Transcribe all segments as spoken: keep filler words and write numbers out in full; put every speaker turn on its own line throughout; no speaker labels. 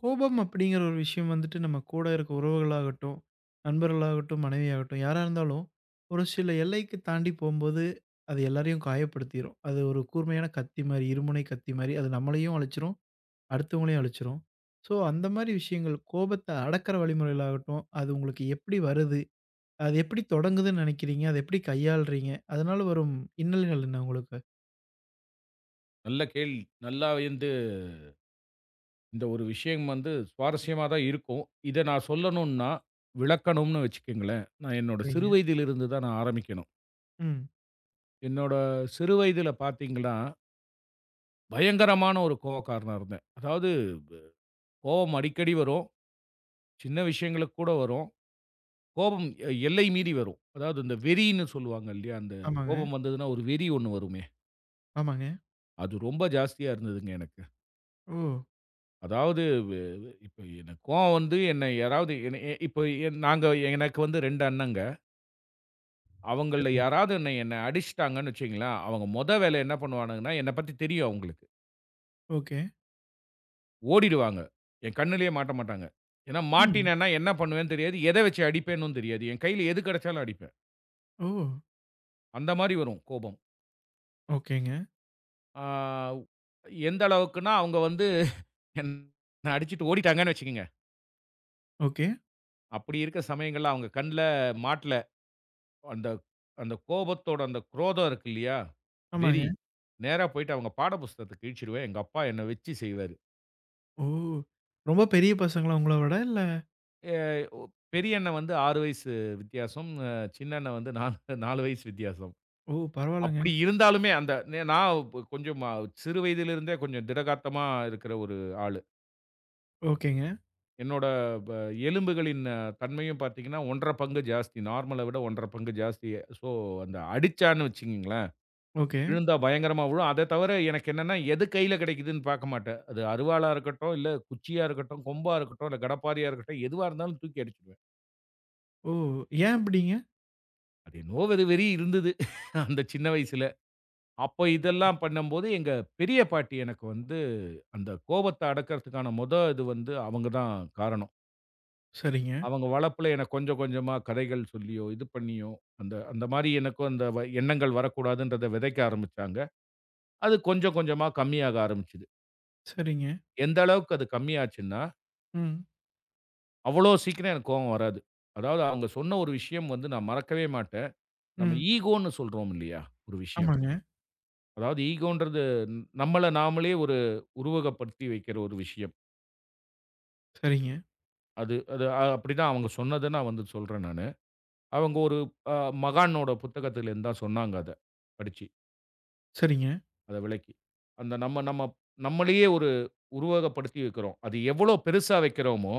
கோபம் அப்படிங்கிற ஒரு விஷயம் வந்துட்டு நம்ம கூட இருக்க உறவுகளாகட்டும், நண்பர்களாகட்டும், மனைவியாகட்டும் யாரா இருந்தாலும், ஒரு சில எல்லைக்கு தாண்டி போம்போது, அது எல்லாரையும் காயப்படுத்திரும். அது ஒரு கூர்மையான கத்தி மாரி, இருமுனை கத்தி மாரி. அது நம்மளையும் அழிச்சிரும், அடுத்தவங்களையும் அழிச்சிரும். ஸோ அந்த மாரி விஷயங்கள் கோபத்த அடக்குற வழிமுறைகளாகட்டும், அது உங்களுக்கு எப்படி வருது? அது எப்படி தொடங்குதுன்னு நினைக்கிறீங்க? அத எப்படி கையாளுறீங்க? அதனால வரும் இன்னல்கள் என்ன உங்களுக்கு?
நல்ல கேள்வி. நல்லா வந்து இந்த ஒரு விஷயம் வந்து சுவாரஸ்யமா தான் இருக்கும். இத நான் சொல்லணும்னா, விளக்கணும்னு வச்சுக்கங்களேன். நான் என்னோட சிறு
சரிங்க.
வயதிலிருந்து தான் நான் ஆரம்பிக்கணும்.
ம்.
என்னோட சிறு வயதில பார்த்தீங்கன்னா, பயங்கரமான ஒரு கோவக்காரனா இருந்தேன். அதாவது ப கோவம் அடிக்கடி வரும். சின்ன விஷயங்களுக்கு கூட வரும். கோபம் எ எல்லை மீறி வரும். அதாவது இந்த வெறின்னு சொல்லுவாங்க இல்லையா? அந்த
ஆமாங்க,
கோபம் வந்ததுன்னா ஒரு வெறி ஒண்ணு வருமே!
ஆமாங்க.
அது ரொம்ப ஜாஸ்தியா இருந்ததுங்க எனக்கு.
ஓ!
அதாவது வ் இப்ப எனக்கு கோவம் வந்து என்ன யாராவது என்ன எ இப்ப என் நாங்க எனக்கு வந்து இரண்டு அண்ணங்க. அவங்கள்ல
சரிங்க.
யாராவது என்ன என்ன அடிச்சுட்டாங்கன்னு வச்சுக்கங்களேன், அவங்க மொத வேலை என்ன பண்ணுவானுங்கன்னா, என்ன பத்தி தெரியும் அவங்களுக்கு.
ஓகே.
ஓடிடுவாங்க. என் கண்ணுலயே மாட்ட மாட்டாங்க. ஏன்னா
ம்.
மாட்டினேன்னா என்ன பண்ணுவேன்னு தெரியாது. எத வச்சு அடிப்பேன்னும் தெரியாது. என் கையில எது கிடைச்சாலும் அடிப்பேன்.
ஓ!
அந்த மாரி வரும் கோபம்.
ஓகேங்க.
ஆ எந்த அளவுக்குன்னா, அவங்க வந்து என்ன அடிச்சுட்டு ஓடிட்டாங்கன்னு வச்சுக்கங்க.
ஓகே.
அப்படி இருக்க சமயங்கள்ல அவங்க கண்ல மாட்டல அந்த அந்த கோபத்தோட அந்த குரோதம் இருக்கு இல்லையா?
ஆமாங்க.
வெறி. நேரா போயிட்டு அவங்க பாட புஸ்தகத்த கிழிச்சிருவேன். எங்க அப்பா என்ன வச்சு செய்வாரு.
ஓ! ரொம்ப பெரிய பசங்களா உங்கள விட? இல்ல.
எ ஒ பெரிய அண்ணன் வந்து ஆறு வயசு வித்தியாசம். அ சின்ன அண்ணன் வந்து நான்கு நான்கு வயசு வித்தியாசம்.
ஓ! பரவால்லங்க.
அப்படி இருந்தாலுமே அந்த நே நான் ப கொஞ்சம் அ சிறு வயதிலிருந்தே கொஞ்சம் திடகாத்தமா இருக்கிற ஒரு ஆளு.
ஓகேங்க.
என்னோட ப எலும்புகளின் அஹ், தன்மையும் பார்த்தீங்கன்னா, ஒன்றரை பங்கு ஜாஸ்தி. நார்மல விட ஒன்றரை பங்கு ஜாஸ்தி. ஸோ அந்த அடிச்சான்னு வச்சுக்கங்களேன்
ஓகே.
விழுந்தா பயங்கரமா விழும். அத தவிர எனக்கு என்னன்னா, எது கையில கிடைக்குதுன்னு பார்க்க மாட்டேன். அது அருவாளா இருக்கட்டும், இல்ல குச்சியா இருக்கட்டும், கொம்பா இருக்கட்டும், இல்ல கடப்பாரையா இருக்கட்டும், எதுவா இருந்தாலும் தூக்கி அடிச்சுடுவேன்.
ஓ! ஏன் அப்படிங்க?
அது என்னவோ ஒரு வெறி இருந்தது. அந்த சின்ன வயசுல. அப்ப இதெல்லாம் பண்ணும்போது, எங்க பெரிய பாட்டி எனக்கு வந்து அந்த கோபத்த அடக்கிறதுக்கான மொத இது வந்து அவங்க தான் காரணம்.
சரிங்க,
அவங்க வளர்ப்புல எனக்கு கொஞ்சம் கொஞ்சமா கதைகள் சொல்லியோ, இது பண்ணியோ, அந்த அந்த மாரி எனக்கும் அந்த வ எண்ணங்கள் வரக்கூடாதுன்றத விதைக்க ஆரம்பிச்சாங்க. அது கொஞ்சம் கொஞ்சமா கம்மியாக ஆரம்பிச்சது.
சரிங்க.
எந்த அளவுக்கு அது கம்மியாச்சுன்னா
ம்,
அவ்வளோ சீக்கிரம் எனக்கு கோவம் வராது. அதாவது அவங்க சொன்ன ஒரு விஷயம் வந்து நான் மறக்கவே மாட்டேன். நம்ம
ம்.
ஈகோன்னு சொல்றோம் இல்லையா? ஒரு விஷயம்.
ஆமாங்க.
அதாவது ஈகோன்றது ந- நம்மள நாமளே ஒரு உருவகப்படுத்தி வைக்கிற ஒரு விஷயம்.
சரிங்க,
அது அது அ- அப்படிதான் அவங்க சொன்னத நான் வந்து சொல்றேன் நானு. அவங்க ஒரு அ மகானோட புத்தகத்திலேருந்து தான் சொன்னாங்க அத. படிச்சு,
சரிங்க.
அத விளக்கி. அந்த நம்ம நம்ம நம்மளையே ஒரு உருவகப்படுத்தி வைக்கிறோம். அது எவ்வளோ பெருசா வைக்கிறோமோ,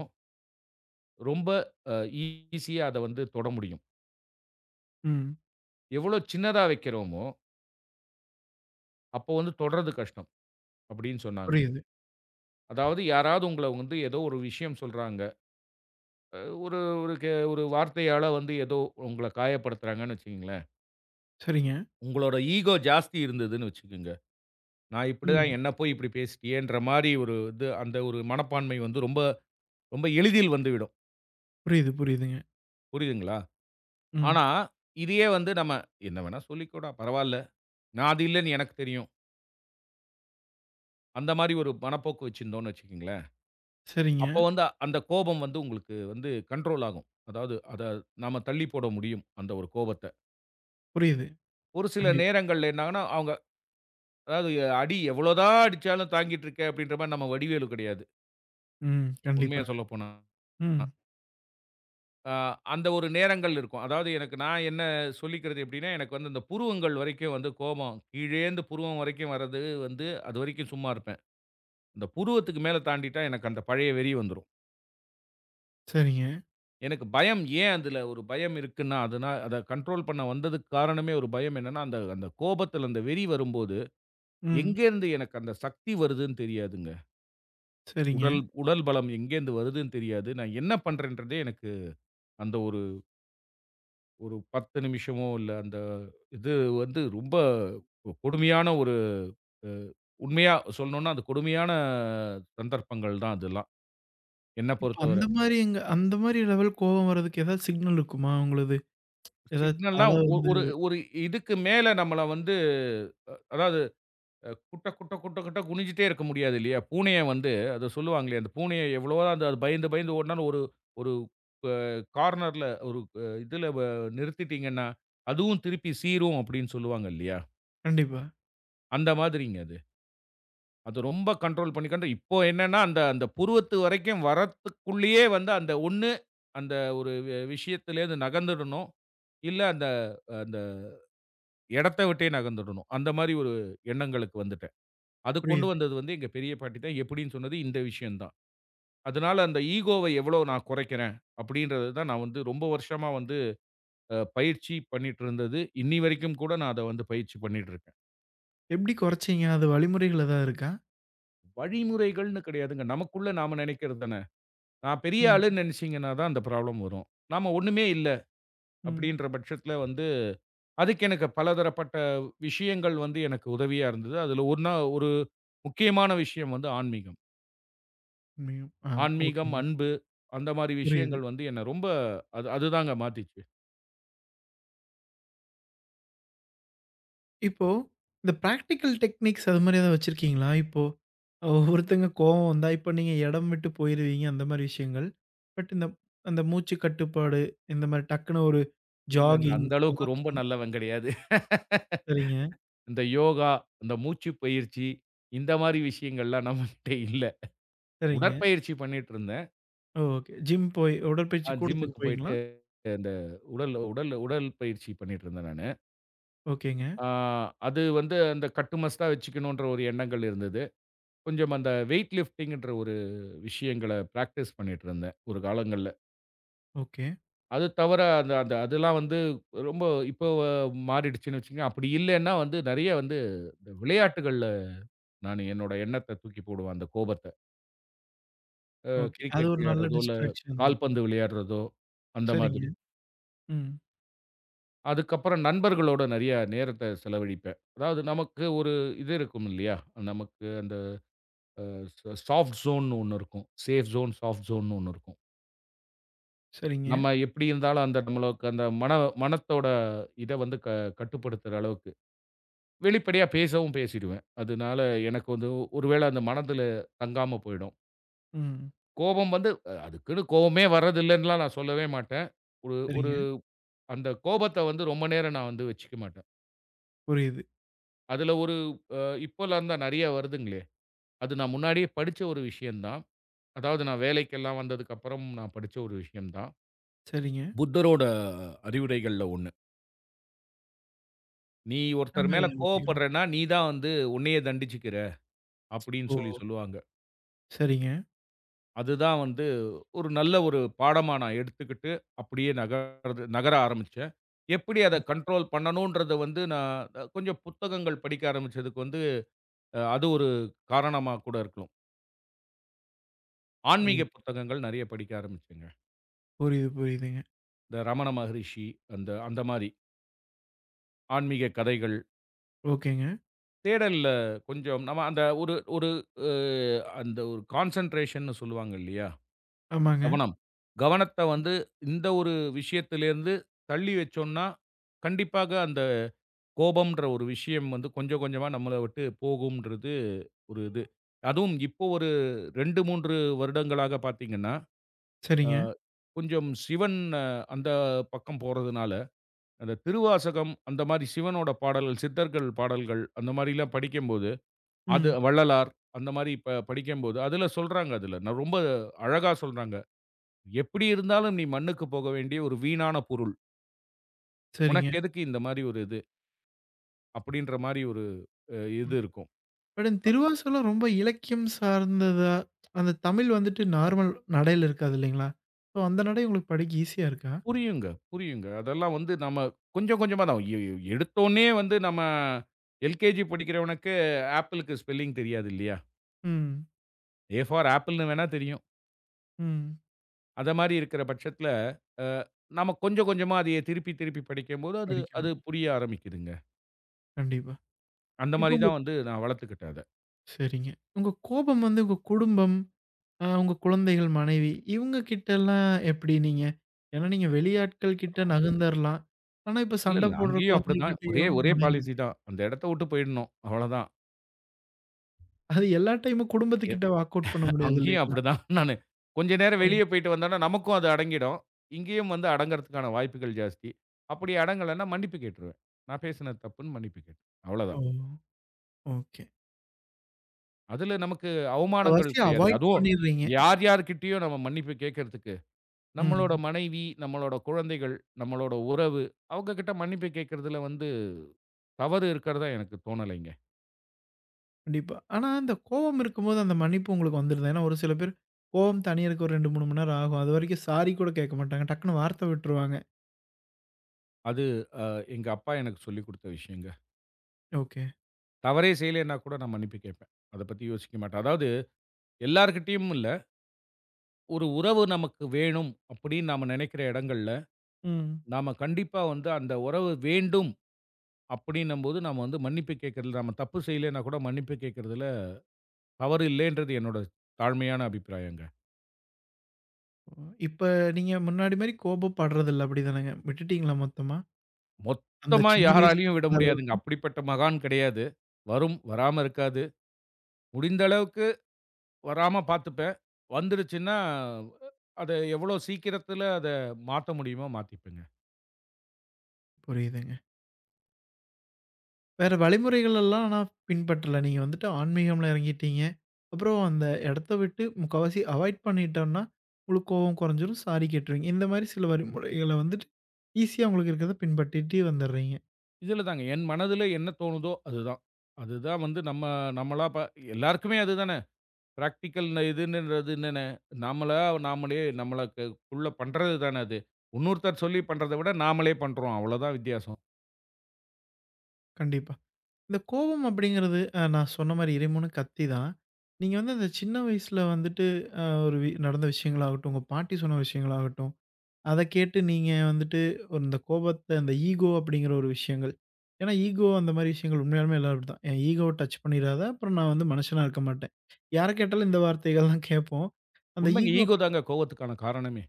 ரொம்ப அ ஈஸியா அத வந்து தொட முடியும்.
ம்.
எவ்வளோ சின்னதா வைக்கிறோமோ அப்போ வந்து தொடர்றது கஷ்டம் அப்படின்னு சொன்னாங்க.
புரியுது.
அதாவது யாராவது உங்கள வந்து ஏதோ ஒரு விஷயம் சொல்றாங்க. அ ஒரு ஒரு கே ஒரு வார்த்தையால வந்து ஏதோ உங்கள காயப்படுத்துறாங்கன்னு வச்சுக்கங்களேன்.
சரிங்க.
உங்களோட ஈகோ ஜாஸ்தி இருந்ததுன்னு வச்சுக்கங்க. நான் இப்படிதான்
ம்.
என்ன போய் இப்படி பேசிட்டியேன்ற மாரி ஒரு இது அந்த ஒரு மனப்பான்மை வந்து ரொம்ப ரொம்ப எளிதில் வந்துவிடும்.
புரியுது, புரியுதுங்க.
புரியுதுங்களா?
ம்.
ஆனா, இதையே வந்து நம்ம என்ன வேணா சொல்லிக்கோடா பரவால்ல. நான் அது இல்லன்னு எனக்கு தெரியும். அந்த மாரி ஒரு மனப்போக்கு வச்சிருந்தோம்னு வச்சுக்கங்களேன். அப்ப
சரிங்க.
வந்து அந்த கோபம் வந்து உங்களுக்கு வந்து கண்ட்ரோல் ஆகும். அதாவது அத நாம தள்ளி போட முடியும், அந்த ஒரு கோபத்த.
புரியுது.
ஒரு சில
கண்டிப்பா.
நேரங்கள்ல என்ன ஆகும்னா, அவங்க அதாவது அடி எவ்வளோதான் அடிச்சாலும் தாங்கிட்டு இருக்க அப்படின்ற மாரி நம்ம வடிவேலு கிடையாது.
ம்.
உண்மைய
கண்டிப்பாங்க.
சொல்லப்போனா.
ம்.
அ அந்த ஒரு நேரங்கள் இருக்கும். அதாவது எனக்கு நான் என்ன சொல்லிக்கிறது எப்படின்னா, எனக்கு வந்து இந்த புருவங்கள் வரைக்கும் வந்து கோபம் கீழேந்து புருவம் வரைக்கும் வர்றது வந்து அதுவரைக்கும் சும்மா இருப்பேன். இந்த புருவத்துக்கு மேல தாண்டிட்டா எனக்கு அந்த பழைய வெறி வந்துரும்.
சரிங்க.
எனக்கு பயம் ஏன் அதில ஒரு பயம் இருக்குன்னா, அதுனா அத கண்ட்ரோல் பண்ண வந்ததுக்கு காரணமே ஒரு பயம் என்னன்னா, அந்த அந்த கோபத்துல அந்த வெறி வரும்போது,
ம்.
எங்கேருந்து எனக்கு அந்த சக்தி வருதுன்னு தெரியாதுங்க.
சரிங்க.
உடல் உடல் பலம் எங்கேருந்து வருதுன்னு தெரியாது. நான் என்ன பண்றேன்றதே எனக்கு அந்த ஒரு ஒரு பத்து நிமிஷமோ இல்ல அந்த இது வந்து ரொம்ப கொடுமையான ஒரு அ உண்மையா சொல்லணும்னா, அது கொடுமையான சந்தர்ப்பங்கள் தான் அதெல்லாம். என்ன
இப்ப
பொறுத்தவர.
அந்த மாரி எங்க அந்த மாரி லெவல் கோவம் வர்றதுக்கு ஏதாவது சிக்னல் இருக்குமா உங்களது? ஏதாவது
சிக்னல்னா
தல
ஒ
வந்து
ஒரு ஒரு இதுக்கு மேல நம்மள வந்து அ அதாவது அ குட்ட குட்ட குட்ட குட்ட குனிஞ்சிட்டே இருக்க முடியாது இல்லையா? பூனைய வந்து அத சொல்லுவாங்களே, அந்த பூனைய எவ்வளோதான் அந்த அது பயந்து பயந்து ஓடுனாலும் ஒரு ஒரு அ கார்னர்ல ஒரு அ இதுல வ நிறுத்திட்டீங்கன்னா, அதுவும் திருப்பி சீரும் அப்படின்னு சொல்லுவாங்க இல்லையா?
கண்டிப்பா.
அந்த மாதிரிங்க அது. அது ரொம்ப கண்ட்ரோல் பண்ணி கண்ட்ரோ இப்போ என்னன்னா, அந்த அந்த புருவத்து வரைக்கும் வரத்துக்குள்ளேயே வந்து அந்த ஒண்ணு அந்த ஒரு வி விஷயத்துலேருந்து நகர்ந்துடணும். இல்ல அந்த அந்த இடத்த விட்டே நகர்ந்துடணும். அந்த மாரி ஒரு எண்ணங்களுக்கு வந்துட்டேன். அது கொண்டு
புரியுது.
வந்தது வந்து எங்க பெரிய பாட்டி தான். எப்படின்னு சொன்னது இந்த விஷயம் தான். அதனால அந்த ஈகோவ எவ்வளோ நான் குறைக்கிறேன் அப்படின்றது தான் நான் வந்து ரொம்ப வருஷமா வந்து அ பயிற்சி பண்ணிட்டு இருந்தது. இன்னி வரைக்கும் கூட நான் அத வந்து பயிற்சி பண்ணிட்டு இருக்கேன்.
எப்படி குறைச்சீங்க? அது வழிமுறைகள் ஏதாவது இருக்கா?
வழிமுறைகள்னு கிடையாதுங்க. நமக்குள்ள நாம நெனைக்கிறது தானே. நான் பெரிய
ம்,
ஆளுன்னு நெனைச்சீங்கன்னா தான் அந்த ப்ராப்ளம் வரும். நாம ஒண்ணுமே இல்ல
ம்.
அப்படின்ற பட்சத்தில வந்து அதுக்கு எனக்கு பலதரப்பட்ட விஷயங்கள் வந்து எனக்கு உதவியா இருந்தது. அதுல ஒண்ணா ஒரு முக்கியமான விஷயம் வந்து ஆன்மீகம்.
உண்மையும். ஆ,
ஆன்மீகம்,
ஓகேங்க.
அன்பு அந்த மாரி
புரியுது.
விஷயங்கள் வந்து என்ன ரொம்ப அது அதுதாங்க மாத்திச்சு.
இப்போ இந்த பிராக்டிகல் டெக்னிக்ஸ் அது மாரி ஏதாவது வச்சிருக்கீங்களா? இப்போ ஒவ்வொருத்தங்க கோவம் வந்தா, இப்ப நீங்க இடம் விட்டு போயிருவீங்க அந்த மாரி விஷயங்கள். பட் இந்த அந்த மூச்சு கட்டுப்பாடு, இந்த மாரி டக்குனு ஒரு
இல்லங்க
ஜாகிங்,
அந்த அளவுக்கு ரொம்ப
வாக்கிங்,
நல்லவன் கிடையாது.
சரிங்க,
இந்த யோகா, இந்த மூச்சு பயிற்சி இந்த மாரி விஷயங்கள்லாம் நம்மகிட்ட இல்ல.
சரிங்க.
உடற்பயிற்சி பண்ணிட்டு இருந்தேன்.
ஓகே. ஜிம் போய்
அ
உடற்பயிற்சி கூடத்துக்கு
ஜிம்முக்கு
போவீங்களா?
போயிட்டு இந்த உடல் உடல் உடல் பயிற்சி பண்ணிட்டு இருந்தேன் நானு.
ஓகேங்க.
ஆ அது வந்து அந்த கட்டு மஸ்தா வச்சுக்கணுன்ற ஒரு எண்ணங்கள் இருந்தது. கொஞ்சம் அந்த வெய்ட் லிஃப்டிங்ன்ற ஒரு விஷயங்கள பிராக்டிஸ் பண்ணிட்டு இருந்தேன் ஒரு காலங்கள்ல.
ஓகே,
அது தவிர அந்த அந்த அதெல்லாம் வந்து ரொம்ப இப்போ மாறிடுச்சுன்னு வச்சுக்கங்க. அப்படி இல்லன்னா வந்து நெறைய வந்து இந்த விளையாட்டுகள்ல நான் என்னோட எண்ணத்த தூக்கி போடுவேன் அந்த கோபத்த. அ
ஓகே. அது
கிரிக்கெட்
ஒரு நல்ல
விளையாடுறதோ, இல்ல
டிஸ்ட்ராக்ஷன் தான்.
கால்பந்து விளையாடுறதோ அந்த
சரிங்க.
மாதிரி.
ம்.
அதுக்கப்புறம் நண்பர்களோட நெறைய நேரத்த செலவழிப்பேன். அதாவது நமக்கு ஒரு இது இருக்கும் இல்லையா? நமக்கு அந்த ச சாஃப்ட் ஜோன்னு ஒண்ணு இருக்கும். சேஃப் ஜோன், சாஃப்ட் ஜோன்னு ஒண்ணு இருக்கும்.
சரிங்க.
நம்ம எப்படி இருந்தாலும் அந்த நம்மளுக்கு அந்த மன மனத்தோட இத வந்து க கட்டுப்படுத்துற அளவுக்கு வெளிப்படையா பேசவும் பேசிடுவேன். அதனால எனக்கு வந்து ஒரு வேள அந்த மனதுல தங்காம போயிடும்.
ம்.
கோபம் வந்து அ அதுக்குன்னு கோவமே வர்றதில்லன்னுலாம் நான் சொல்லவே மாட்டேன். ஒரு ஒரு
சரிங்க.
அந்த கோபத்த வந்து ரொம்ப நேரம் நான் வந்து வச்சுக்க மாட்டேன்.
புரியுது.
அதுல ஒரு அ இப்போலாம் தான் நெறைய வருதுங்களே! அது நான் முன்னாடியே படிச்ச ஒரு விஷயம் தான். அதாவது நான் வேலைக்கெல்லாம் வந்ததுக்கப்புறம் நான் படிச்ச ஒரு விஷயம் தான்.
சரிங்க.
புத்தரோட அறிவுரைகள்ல ஒண்ணு. "நீ
என்ன
ஒருத்தர் மேல
மாரி ஓவியம்?
கோவப்படுறன்னா, நீ தான் வந்து உன்னையே தண்டிச்சுக்கிற" அப்படின்னு
ஓ!
சொல்லி சொல்லுவாங்க.
சரிங்க.
அதுதான் வந்து ஒரு நல்ல ஒரு பாடமா நான் எடுத்துக்கிட்டு, அப்படியே நகர்றது நகர ஆரம்பிச்சேன். எப்படி அத கண்ட்ரோல் பண்ணணும்ன்றத வந்து நான் அஹ், கொஞ்சம் புத்தகங்கள் படிக்க ஆரம்பிச்சதுக்கு வந்து, அஹ், அது ஒரு காரணமா கூட இருக்கலாம்.
ம்.
ஆன்மீக புத்தகங்கள் நெறைய படிக்க ஆரம்பிச்சேங்க.
புரியுது, புரியுதுங்க.
இந்த ரமண மகரிஷி அந்த அந்த மாரி ஆன்மீக கதைகள்,
ஓகேங்க.
தேடல்ல கொஞ்சம் நம்ம அந்த ஒரு ஒரு அ அந்த ஒரு கான்சன்ட்ரேஷன்னு சொல்லுவாங்க இல்லையா?
ஆமாங்க.
கவனம். கவனத்த வந்து இந்த ஒரு விஷயத்திலேருந்து தள்ளி வச்சோம்னா, கண்டிப்பாக அந்த கோபம்ன்ற ஒரு விஷயம் வந்து கொஞ்சம் கொஞ்சமா நம்மள விட்டு போகும்ன்றது ஒரு இது. அதுவும் இப்போ ஒரு இரண்டு, மூன்று வருடங்களாக பார்த்தீங்கன்னா,
சரிங்க.
கொஞ்சம் சிவன் அஹ், அந்த பக்கம் போறதுனால, அந்த திருவாசகம் அந்த மாரி சிவனோட பாடல்கள், சித்தர்கள் பாடல்கள் அந்த மாரிலாம் படிக்கும்போது, அது
ம்.
வள்ளலார் அந்த மாரி ப படிக்கும்போது, அதுல சொல்றாங்க அதுல. நான் ரொம்ப அழகா சொல்றாங்க. "எப்படி இருந்தாலும் நீ மண்ணுக்கு போக வேண்டிய ஒரு வீணான பொருள்.
சரிங்க.
உனக்கு எதுக்கு இந்த மாரி ஒரு இது?" அப்படின்ற மாரி ஒரு அ இது இருக்கும்.
பட் இந்த திருவாசகம் ரொம்ப இலக்கியம் சார்ந்ததா? அந்த தமிழ் வந்துட்டு நார்மல் நடையில இருக்காது இல்லைங்களா? ஸோ அந்த நடை உங்களுக்கு படிக்க ஈஸியா இருக்கா?
புரியுங்க, புரியுங்க. அதெல்லாம் வந்து நம்ம கொஞ்சம் கொஞ்சமா தான். எ எ எடுத்தோனே வந்து நம்ம எல்கேஜி படிக்கிறவனுக்கு ஆப்பிளுக்கு ஸ்பெல்லிங் தெரியாது இல்லையா?
ம்.
ஏ ஃபார் ஆப்பிள்ன்னு வேணா தெரியும்.
ம்.
அத மாரி இருக்கிற பட்சத்தில, அ நம்ம கொஞ்சம் கொஞ்சமா அதைய திருப்பி திருப்பி படிக்கும்போது அது அது
படிக்கணும்.
புரிய ஆரம்பிக்குதுங்க.
கண்டிப்பா.
அந்த
இப்போ
மாரி
உங்க
தான் வந்து நான் வளர்த்துக்கிட்டேன் அத.
சரிங்க. உங்க கோபம் வந்து உங்க குடும்பம் ஆ உங்க குழந்தைகள், மனைவி இவங்க கிட்டலாம் எப்படி நீங்க? ஏன்னா நீங்க வெளியாட்கள் கிட்ட நகர்ந்தரலாம். ஆனா, இப்ப
இல்ல,
சண்ட
இல்ல.
போடுற
அங்கேயும் அப்படிதான். ஒரே
குழந்தைகிட்டயோ,
ஒரே
மனைவி
பாலிசி தான். அந்த இடத்த விட்டு போயிடணும். அவ்வளதான்.
அது எல்லா டைமும் குடும்பத்துக்கிட்ட வாக் அவுட் பண்ண முடியாது
அங்கேயும்
இல்லைங்களா?
அப்படிதான் நானு. கொஞ்ச நேரம்
ஓ!
வெளிய போயிட்டு வந்தோம்னா, நமக்கும் அது அடங்கிடும். இங்கேயும் வந்து அடங்கறதுக்கான வாய்ப்புகள் ஜாஸ்தி. அப்படி அடங்கலன்னா மன்னிப்பு கேட்டுருவேன். நான் பேசினது தப்புன்னு மன்னிப்பு கேட்டுருவேன்.
ஓ!
அவ்வளதான்.
ஓகே.
அதுல நமக்கு
முக்காவாசி
அவமானங்கள் கிடையாது.
அவாய்ட்
அதுவும்
பண்ணிடுறீங்க.
யார் யார்கிட்டயும் நம்ம மன்னிப்பு கேட்கறதுக்கு, நம்மளோட
ம்.
மனைவி, நம்மளோட குழந்தைகள், நம்மளோட உறவு, அவங்க கிட்ட மன்னிப்பு கேட்கறதுல வந்து தவறு இருக்கிறதா எனக்கு தோணலைங்க.
கண்டிப்பா. ஆனா, அந்த கோவம் இருக்கும்போது அந்த மன்னிப்பு உங்களுக்கு வந்துருதா? ஏன்னா, ஒரு சில பேர் கோவம் தணியறக்கு ஒரு ரெண்டு, மூணு மணி நேரம் ஆகும். அதுவரைக்கும் சாரி கூட கேட்க மாட்டாங்க. டக்குனு வார்த்த விட்டுருவாங்க.
அது அ எங்க அப்பா எனக்கு சொல்லிக் குடுத்த விஷயங்க.
ஓகே.
தவறே செய்யலைன்னா கூட நான் மன்னிப்பு கேட்பேன். அத பத்தி யோசிக்க மாட்டேன். அதாவது எல்லார்கிட்டயும் இல்ல. ஒரு உறவு நமக்கு வேணும் அப்படின்னு நாம நினைக்கிற இடங்கள்ல,
ம்.
நாம கண்டிப்பா வந்து அந்த உறவு வேண்டும் அப்படின்னம்போது, நாம வந்து மன்னிப்பு கேட்கறதுல நாம தப்பு செய்யலைன்னா கூட மன்னிப்பு கேட்கறதுல தவறு இல்லைன்றது என்னோட தாழ்மையான அபிப்பிராயங்க.
இப்ப நீங்க முன்னாடி மாரி கோபப்படுறதில்ல அப்படிதானங்க? விட்டுட்டீங்களா மொத்தமா? அந்த
மொத்தமா
சின்ன வயசுல
யாராலயும் விட
இருந்த
முடியாதுங்க.
அளவுக்கு
அப்படிப்பட்ட மகான் கிடையாது. வரும், வராம இருக்காது. முடிந்த அளவுக்கு வராம பார்த்துப்பேன். வந்துடுச்சுன்னா, அத எவ்வளோ சீக்கிரத்துல அத மாத்த முடியுமோ மாத்திப்பேங்க.
புரியுதுங்க. வேற வழிமுறைகள் எல்லாம் ஆனா பின்பற்றல. நீங்க வந்துட்டு ஆன்மீகம்ல இறங்கிட்டீங்க. அப்புறம் அந்த இடத்த விட்டு முக்காவாசி அவாய்ட் பண்ணிட்டோம்னா, உங்களுக்கு கோவம் குறைஞ்சிரும், சாரி கேட்டுருவீங்க. இந்த மாரி சில வழிமுறைகள வந்துட்டு ஈஸியா உங்களுக்கு இருக்கிறத பின்பற்றிட்டு வந்துடுறீங்க.
இதுல தாங்க என் மனதுல என்ன தோணுதோ அதுதான். அதுதான் வந்து நம்ம நம்மளா ப எல்லாருக்குமே அதுதான பிராக்டிகல் ந இதுன்றது என்னன்ன, நாமளா நாமளே நம்மளுக்குள்ள பண்றது தான அது. இன்னொருத்தர் சொல்லி பண்றத விட நாமளே பண்றோம். அவ்வளோதான் வித்தியாசம்.
கண்டிப்பா. இந்த கோபம் அப்படிங்கிறது அ நான் சொன்ன மாரி இறைவனு கத்தி தான். நீங்க வந்து அந்த சின்ன வயசுல வந்துட்டு அ ஒரு வி நடந்த விஷயங்களாகட்டும், உங்க பாட்டி சொன்ன விஷயங்களாகட்டும் அத கேட்டு நீங்க வந்துட்டு ஒரு இந்த கோபத்த அந்த ஈகோ அப்படிங்கிற ஒரு விஷயங்கள். ஏன்னா ஈகோ அந்த மாரி விஷயங்கள் உண்மையாலுமே எல்லாரும் அப்படித்தான். என் ஈகோவ டச் பண்ணிறாத, அப்புறம் நான் வந்து மனுஷனா இருக்க மாட்டேன். யார கேட்டாலும் இந்த வார்த்தைகள் தான் கேட்போம். அந்த
உண்மைங்க
ஈகோ
ஈகோ
அப்படி
தாங்க கோவத்துக்கான காரணமே.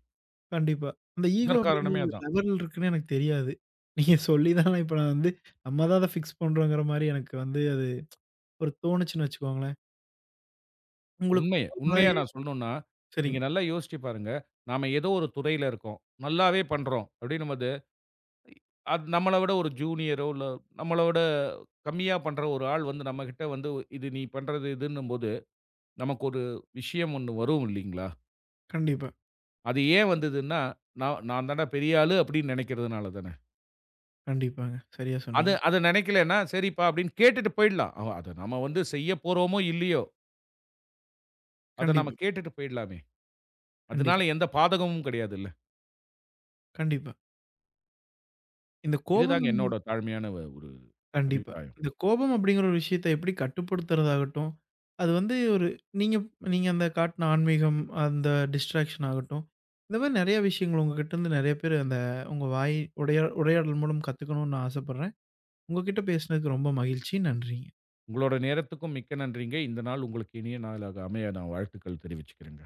கண்டிப்பா. அந்த ஈகோ அப்படிங்கிற
முதற்காரணமே
ஒரு
அதான்.
லெவல் இருக்குன்னு எனக்கு தெரியாது. நீங்க சொல்லி தான் இப்ப நான் வந்து நம்ம தான் அத ஃபிக்ஸ் பண்றோங்கிற மாரி எனக்கு வந்து அது ஒரு தோணுச்சுன்னு வச்சுக்கோங்களேன். உங்களுக்கு
உண்மைய
ஒரு
உண்மையா
நாய்-
நான் சொல்லணும்னா, நீங்க
சரிங்க.
நல்லா யோசிச்சு பாருங்க. நாம ஏதோ ஒரு துறையில இருக்கோம். நல்லாவே பண்றோம் அப்படின்னும்போது, அது நம்மள விட ஒரு ஜூனியரோ, இல்ல நம்மள விட கம்மியா பண்ற ஒரு ஆள் வந்து நம்மகிட்ட வந்து, இது நீ பண்றது இதுன்னும்போது, நமக்கு ஒரு விஷயம் ஒண்ணு வரும் இல்லீங்களா?
கண்டிப்பா,
அது ஏன் வந்ததுன்னா, நான் நான் தான்டா பெரிய ஆளு அப்படின்னு நெனைக்கிறதுனால தானே.
கண்டிப்பாங்க. சரியா
அது
சொன்னீங்க.
அத நெனைக்கலன்னா, சரிப்பா அப்படின்னு கேட்டுட்டு போயிடலாம். அவ அத நம்ம வந்து செய்ய போறோமோ, இல்லையோ, அத நாம
கண்டிப்பா,
கேட்டுட்டு போயிடலாமே.
கண்டிப்பா,
அதனால எந்த பாதகமும் கிடையாதுல்ல.
கண்டிப்பா. இந்த கோபம்
இதுதாங்க என்னோட தாழ்மையான வ ஒரு
கண்டிப்பா.
அபிப்பிராயம்.
இந்த கோபம் அப்படிங்கிற ஒரு விஷயத்த எப்படி கட்டுப்படுத்துறதாகட்டும், அது வந்து ஒரு நீங்க நீங்க அந்த காட்டுன ஆன்மீகம், அந்த டிஸ்ட்ராக்ஷன் ஆகட்டும், இந்த மாரி நெறைய விஷயங்கள் உங்ககிட்ட இருந்து நெறைய பேர் அந்த உங்க வாய் உடையா உரையாடல் மூலம் கத்துக்கணும்னு நான் ஆசைப்படுறேன். உங்ககிட்ட பேசினதுக்கு ரொம்ப மகிழ்ச்சி. நன்றிங்க.
உங்களோட நேரத்துக்கும் மிக்க நன்றிங்க. இந்த நாள் உங்களுக்கு இனிய நாளாக அமைய நான் வாழ்த்துக்கள் தெரிவிச்சுக்கிறேங்க.